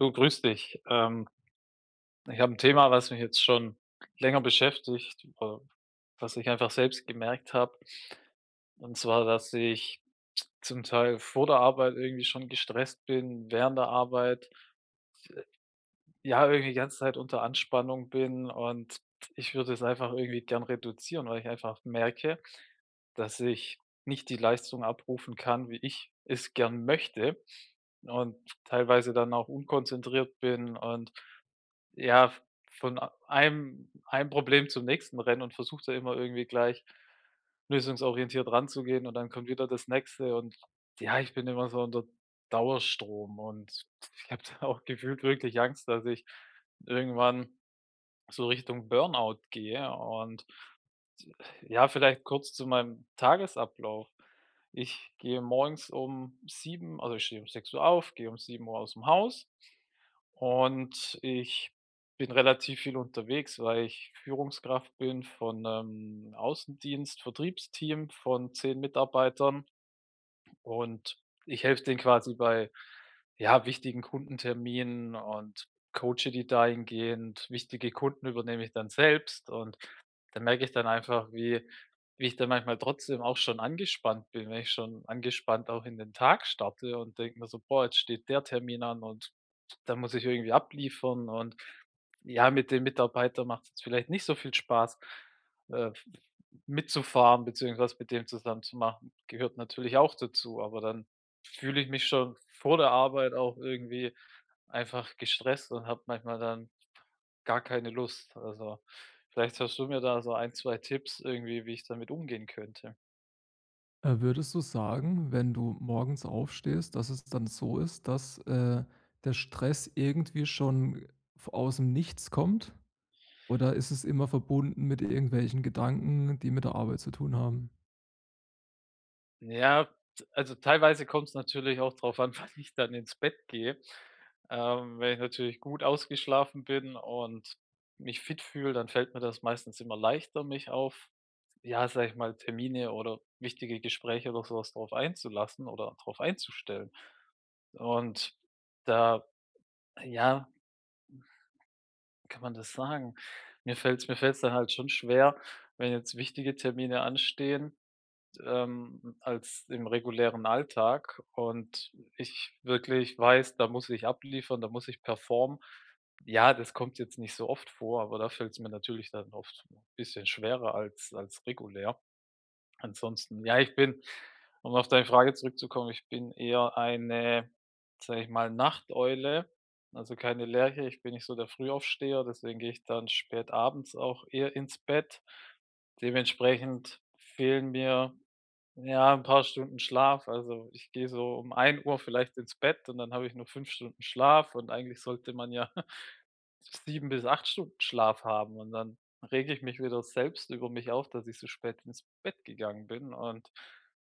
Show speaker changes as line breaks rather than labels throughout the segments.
Du, grüß dich. Ich habe ein Thema, was mich jetzt schon länger beschäftigt, was ich einfach selbst gemerkt habe. Und zwar, dass ich zum Teil vor der Arbeit irgendwie schon gestresst bin, während der Arbeit, ja, irgendwie die ganze Zeit unter Anspannung bin, und ich würde es einfach irgendwie gern reduzieren, weil ich einfach merke, dass ich nicht die Leistung abrufen kann, wie ich es gern möchte, und teilweise dann auch unkonzentriert bin und ja, von a einem einem Problem zum nächsten rennen und versucht da immer irgendwie gleich lösungsorientiert ranzugehen, und dann kommt wieder das Nächste, und ja, ich bin immer so unter Dauerstrom und ich habe da auch gefühlt wirklich Angst, dass ich irgendwann so Richtung Burnout gehe, und ja, vielleicht kurz zu meinem Tagesablauf. Ich gehe morgens um 7, also ich stehe um 6 Uhr auf, gehe um 7 Uhr aus dem Haus und ich bin relativ viel unterwegs, weil ich Führungskraft bin von 'nem Außendienst Vertriebsteam von 10 Mitarbeitern, und ich helfe denen quasi bei, ja, wichtigen Kundenterminen und coache die dahingehend. Wichtige Kunden übernehme ich dann selbst, und da merke ich dann einfach, wie ich dann manchmal trotzdem auch schon angespannt bin, wenn ich schon angespannt auch in den Tag starte und denke mir so: „Boah, jetzt steht der Termin an und da muss ich irgendwie abliefern und ja, mit dem Mitarbeiter macht's jetzt vielleicht nicht so viel Spaß, äh, mitzufahren beziehungsweise mit dem zusammen zu machen." Gehört natürlich auch dazu, aber dann fühle ich mich schon vor der Arbeit auch irgendwie einfach gestresst und habe manchmal dann gar keine Lust. Also, vielleicht hast du mir da so ein 2 Tipps irgendwie, wie ich damit umgehen könnte.
Würdest du sagen, wenn du morgens aufstehst, dass es dann so ist, dass, der Stress irgendwie schon v aus dem Nichts kommt? Oder ist es immer verbunden mit irgendwelchen Gedanken, die mit der Arbeit zu tun haben?
Ja, t also, teilweise kommt es natürlich auch darauf an, wann ich dann ins Bett gehe. Wenn ich natürlich gut ausgeschlafen bin und mich fit fühle, dann fällt mir das meistens immer leichter, mich auf, ja, sage ich mal, Termine oder wichtige Gespräche oder sowas was drauf einzulassen oder drauf einzustellen. Und da, ja, kann man das sagen? Mir fällt's dann halt schon schwer, wenn jetzt wichtige Termine anstehen, als im regulären Alltag, und ich wirklich weiß, da muss ich abliefern, da muss ich performen. Ja, das kommt jetzt nicht so oft vor, aber da fällt's mir natürlich dann oft 'n bisschen schwerer als regulär. Ansonsten, ja, ich bin um auf deine Frage zurückzukommen, ich bin eher eine, sag ich mal, Nachteule, also keine Lerche. Ich bin nicht so der Frühaufsteher, deswegen gehe ich dann spät abends auch eher ins Bett. Dementsprechend fehlen mir, ja, ein paar Stunden Schlaf. Also, ich gehe so um 1 Uhr vielleicht ins Bett und dann habe ich nur 5 Stunden Schlaf, und eigentlich sollte man ja 7 bis 8 Stunden Schlaf haben, und dann rege ich mich wieder selbst über mich auf, dass ich so spät ins Bett gegangen bin, und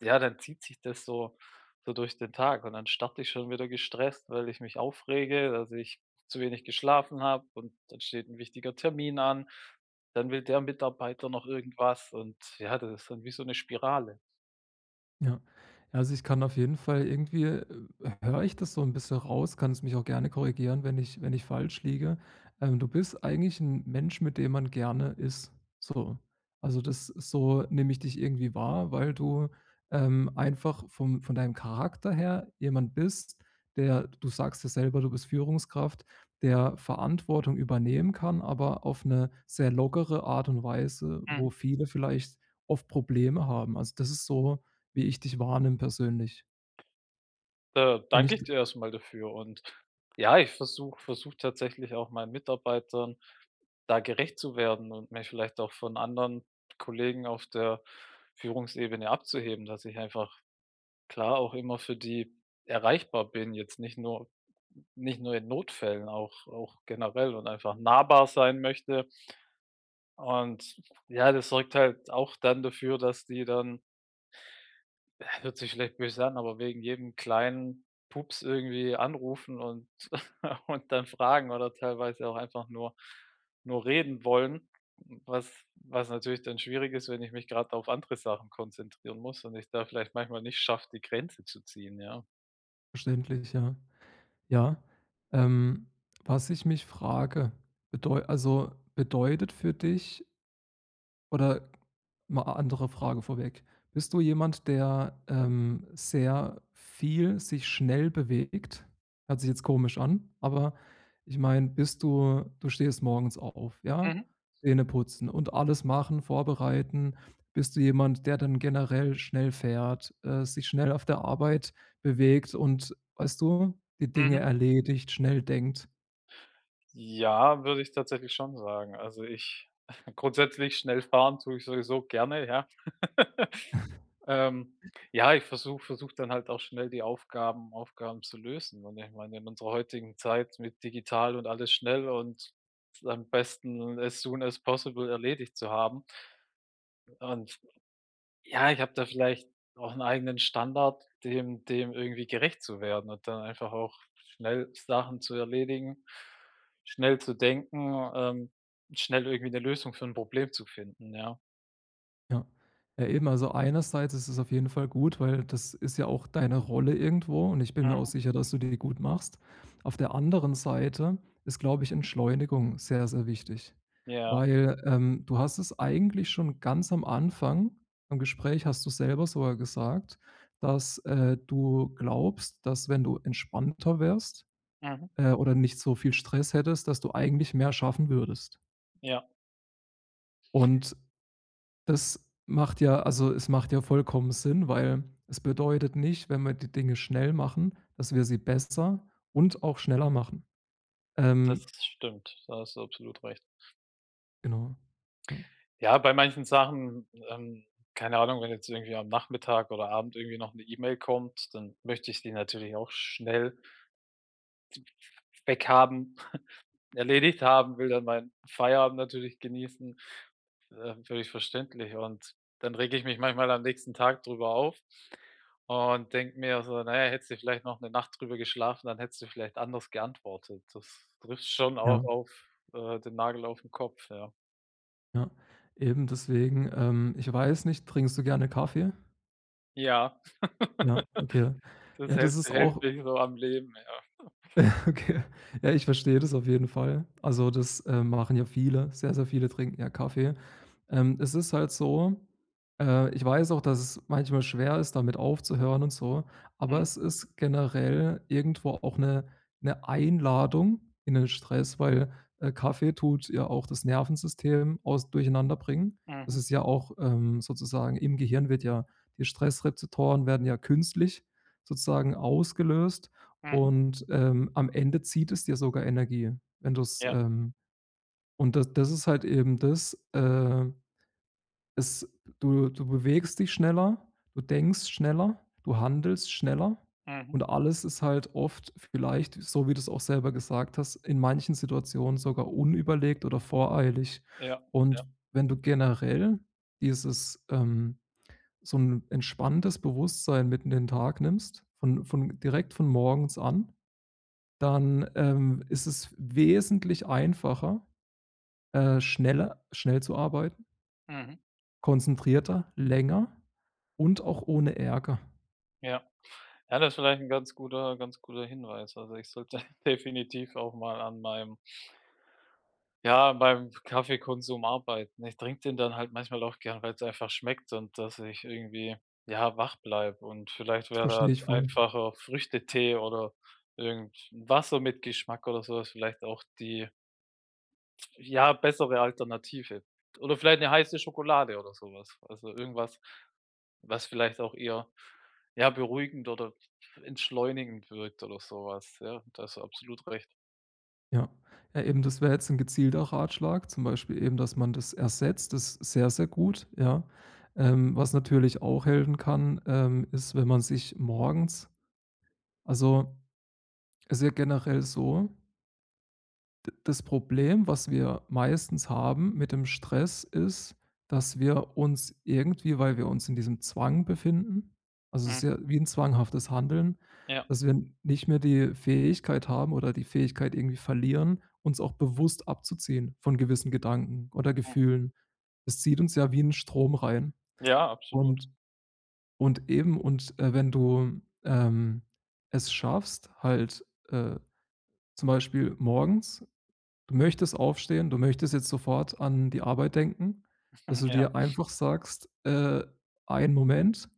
ja, dann zieht sich das so durch den Tag, und dann starte ich schon wieder gestresst, weil ich mich aufrege, dass ich zu wenig geschlafen habe, und dann steht ein wichtiger Termin an. Dann will der Mitarbeiter noch irgendwas, und ja, das ist dann wie so eine Spirale.
Ja. Also, ich kann auf jeden Fall irgendwie, höre ich das so ein bisschen raus, kannst mich auch gerne korrigieren, wenn ich wenn ich falsch liege. Du bist eigentlich ein Mensch, mit dem man gerne ist, so. Also, das ist so nehme ich dich irgendwie wahr, weil du, einfach vom von deinem Charakter her jemand bist, der du sagst ja selber, du bist Führungskraft, der Verantwortung übernehmen kann, aber auf eine sehr lockere Art und Weise,
Mhm.
wo viele vielleicht oft Probleme haben. Also, das ist so wie ich dich wahrnehme persönlich.
Da
Bin
danke
ich
ich dir erstmal dafür, und ja, ich versuche tatsächlich auch meinen Mitarbeitern da gerecht zu werden und mich vielleicht auch von anderen Kollegen auf der Führungsebene abzuheben, dass ich einfach klar auch immer für die erreichbar bin, jetzt nicht nur in Notfällen, auch generell und einfach nahbar sein möchte. Und ja, das sorgt halt auch dann dafür, dass die dann hört sich vielleicht böse an, aber wegen jedem kleinen Pups irgendwie anrufen und und dann fragen oder teilweise auch einfach nur reden wollen, was natürlich dann schwierig ist, wenn ich mich gerade auf andere Sachen konzentrieren muss und ich da vielleicht manchmal nicht schaffe, die Grenze zu ziehen, ja.
verständlich, ja. Ja, ähm, was ich mich frage, bedeu also bedeutet für dich. Oder mal a andere Frage vorweg. Bist du jemand, der, sehr viel sich schnell bewegt? Hört sich jetzt komisch an, aber ich meine, bist du du stehst morgens auf, ja?
Mhm,
Zähne putzen und alles machen, vorbereiten. Bist du jemand, der dann generell schnell fährt, sich schnell auf der Arbeit bewegt und, weißt du, die Dinge
mhm.
erledigt, schnell denkt?
Ja, würde ich tatsächlich schon sagen. Also, ich grundsätzlich schnell fahren tue ich sowieso gerne, ja. Ähm, ja, ich versuche dann halt auch schnell die Aufgaben zu lösen. Und ich meine, in unserer heutigen Zeit mit digital und alles schnell und am besten as soon as possible erledigt zu haben. Und ja, ich habe da vielleicht auch einen eigenen Standard, dem irgendwie gerecht zu werden und dann einfach auch schnell Sachen zu erledigen, schnell zu denken, schnell irgendwie eine Lösung für ein Problem zu finden, ja.
Ja. Ja, eben, also einerseits ist es auf jeden Fall gut, weil das ist ja auch deine Rolle irgendwo und ich bin mir
Mhm,
auch sicher, dass du die gut machst. Auf der anderen Seite ist, glaube ich, Entschleunigung sehr, sehr wichtig,
ja,
weil, du hast es eigentlich schon ganz am Anfang im Gespräch hast du selber sogar gesagt, dass, du glaubst, dass wenn du entspannter wärst,
mhm,
äh, oder nicht so viel Stress hättest, dass du eigentlich mehr schaffen würdest.
ja,
Und das macht ja also, es macht ja vollkommen Sinn, weil es bedeutet nicht, wenn wir die Dinge schnell machen, dass wir sie besser und auch schneller machen.
das
Ähm,
stimmt. Da hast du absolut recht.
genau. Ja,
Ja, bei manchen Sachen, keine Ahnung, wenn jetzt irgendwie am Nachmittag oder Abend irgendwie noch eine E-Mail kommt, dann möchte ich die natürlich auch schnell weghaben, erledigt haben, will dann meinen Feierabend natürlich genießen, völlig verständlich. Und dann rege ich mich manchmal am nächsten Tag drüber auf und denke mir so: „Naja, hättest du vielleicht noch eine Nacht drüber geschlafen, dann hättest du vielleicht anders geantwortet." Das trifft schon auch
ja,
auf, den Nagel auf den Kopf, ja.
ja. Eben deswegen, ich weiß nicht, trinkst du gerne Kaffee?
Ja.
Ja, okay.
Das
Ja, das
hält
ist
hält
auch
mich so am Leben, ja.
okay. Ja, ich verstehe das auf jeden Fall. Also, das, machen ja viele. Sehr, sehr viele trinken ja Kaffee. Es ist halt so, ich weiß auch, dass es manchmal schwer ist, damit aufzuhören und so, aber
Mhm,
es ist generell irgendwo auch eine Einladung in den Stress, weil, Kaffee tut ja auch das Nervensystem aus durcheinander bringen. Das
mhm,
ist ja auch, sozusagen im Gehirn wird ja die Stressrezeptoren werden ja künstlich sozusagen ausgelöst
mhm,
und, am Ende zieht es dir sogar Energie, wenn du's,
ja,
und das ist halt eben das, es Du bewegst dich schneller, du denkst schneller, du handelst schneller
mhm,
und alles ist halt oft vielleicht, so wie du es auch selber gesagt hast, in manchen Situationen sogar unüberlegt oder voreilig.
ja, ja,
Und wenn du generell dieses, ähm so ein entspanntes Bewusstsein mit in den Tag nimmst, von direkt von morgens an dann, ist es wesentlich einfacher, schnell zu arbeiten,
mhm,
konzentrierter, länger und auch ohne Ärger.
ja. Ja, das ist vielleicht ein ganz guter Hinweis. Also, ich sollte definitiv auch mal an meinem ja, beim Kaffeekonsum arbeiten. Ich trinke den dann halt manchmal auch gern, weil es einfach schmeckt, und dass ich irgendwie, ja, wach bleibe, und vielleicht
Das
wäre da
verstehe ich
'n
voll.
einfacher Früchtetee oder irgend 'n Wasser mit Geschmack oder so was vielleicht auch die ja, bessere Alternative. Oder vielleicht eine heiße Schokolade oder sowas. Also, irgendwas, was vielleicht auch eher, ja, beruhigend oder entschleunigend wirkt oder sowas. Ja, da hast du absolut recht.
Ja. Ja, eben, das wäre jetzt ein gezielter Ratschlag, zum Beispiel eben, dass man das ersetzt, das ist sehr, sehr gut, ja. Was natürlich auch helfen kann, ist, wenn man sich morgens also, es ist ja generell so, D das Problem, was wir meistens haben mit dem Stress, ist, dass wir uns irgendwie, weil wir uns in diesem Zwang befinden also, es ist
Mhm.
ja wie ein zwanghaftes Handeln,
Ja.
dass wir nicht mehr die Fähigkeit haben oder die Fähigkeit irgendwie verlieren, uns auch bewusst abzuziehen von gewissen Gedanken oder
Mhm.
Gefühlen. Es zieht uns ja wie 'n Strom rein.
Ja, absolut.
Und und eben und, wenn du, es schaffst, halt, äh, zum Beispiel morgens. Du möchtest aufstehen, du möchtest jetzt sofort an die Arbeit denken, dass du
Ja,
dir einfach sagst: Einen Moment,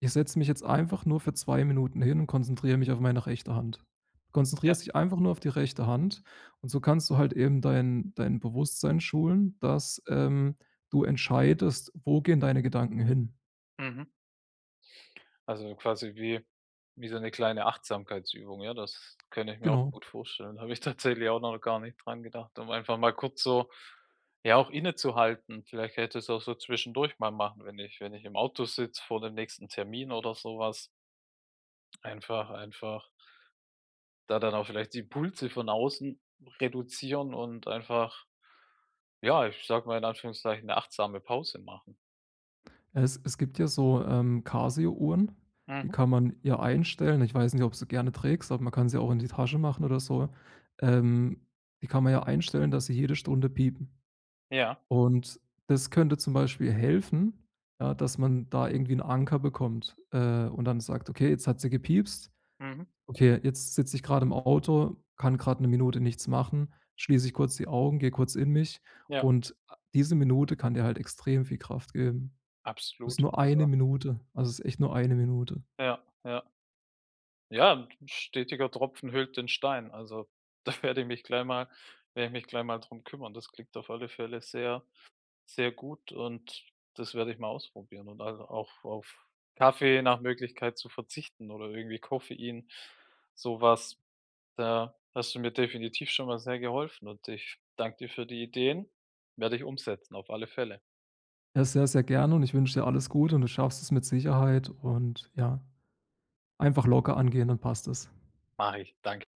ich setze mich jetzt einfach nur für 2 Minuten hin und konzentriere mich auf meine rechte Hand.“ Du
ja.
konzentrierst dich einfach nur auf die rechte Hand und so kannst du halt eben dein Bewusstsein schulen, dass, du entscheidest, wo gehen deine Gedanken hin.
Mhm. Also, quasi wie so eine kleine Achtsamkeitsübung, ja? Das könnte ich mir auch
Genau.
gut vorstellen. Da habe ich tatsächlich auch noch gar nicht dran gedacht, um einfach mal kurz so, ja, auch innezuhalten. Vielleicht hätte ich es auch so zwischendurch mal machen, wenn ich im Auto sitze vor dem nächsten Termin oder sowas. Einfach da dann auch vielleicht die Impulse von außen reduzieren und einfach, ja, ich sag mal in Anführungszeichen, 'ne achtsame Pause machen.
Es gibt ja so, Casio-Uhren, die
Mhm.
kann man ja einstellen. Ich weiß nicht, ob du sie gerne trägst, aber man kann sie auch in die Tasche machen oder so. Ähm, Die kann man ja einstellen, dass sie jede Stunde piepen.
Ja.
Und das könnte zum Beispiel helfen, ja, dass man da irgendwie 'n Anker bekommt, und dann sagt: „Okay, jetzt hat sie gepiepst.
Mhm.
Okay, jetzt sitze ich gerade im Auto, kann gerade eine Minute nichts machen, schließe ich kurz die Augen, gehe kurz in mich.“
Ja,
Und diese Minute kann dir halt extrem viel Kraft geben. Das ist
absolut.
nur eine
Also,
Minute. Also, es ist echt nur eine Minute.
ja, ja. Ja, 'n stetiger Tropfen höhlt den Stein. Also, da werde ich mich gleich mal drum kümmern. Das klingt auf alle Fälle sehr, sehr gut, und das werde ich mal ausprobieren und also auch auf Kaffee nach Möglichkeit zu verzichten oder irgendwie Koffein, so was. Da hast du mir definitiv schon mal sehr geholfen, und ich danke dir für die Ideen. Werde ich umsetzen, auf alle Fälle.
Ja, sehr, sehr gerne und ich wünsche dir alles Gute und du schaffst es mit Sicherheit und ja, einfach locker angehen, dann passt es.
Mache ich. Danke.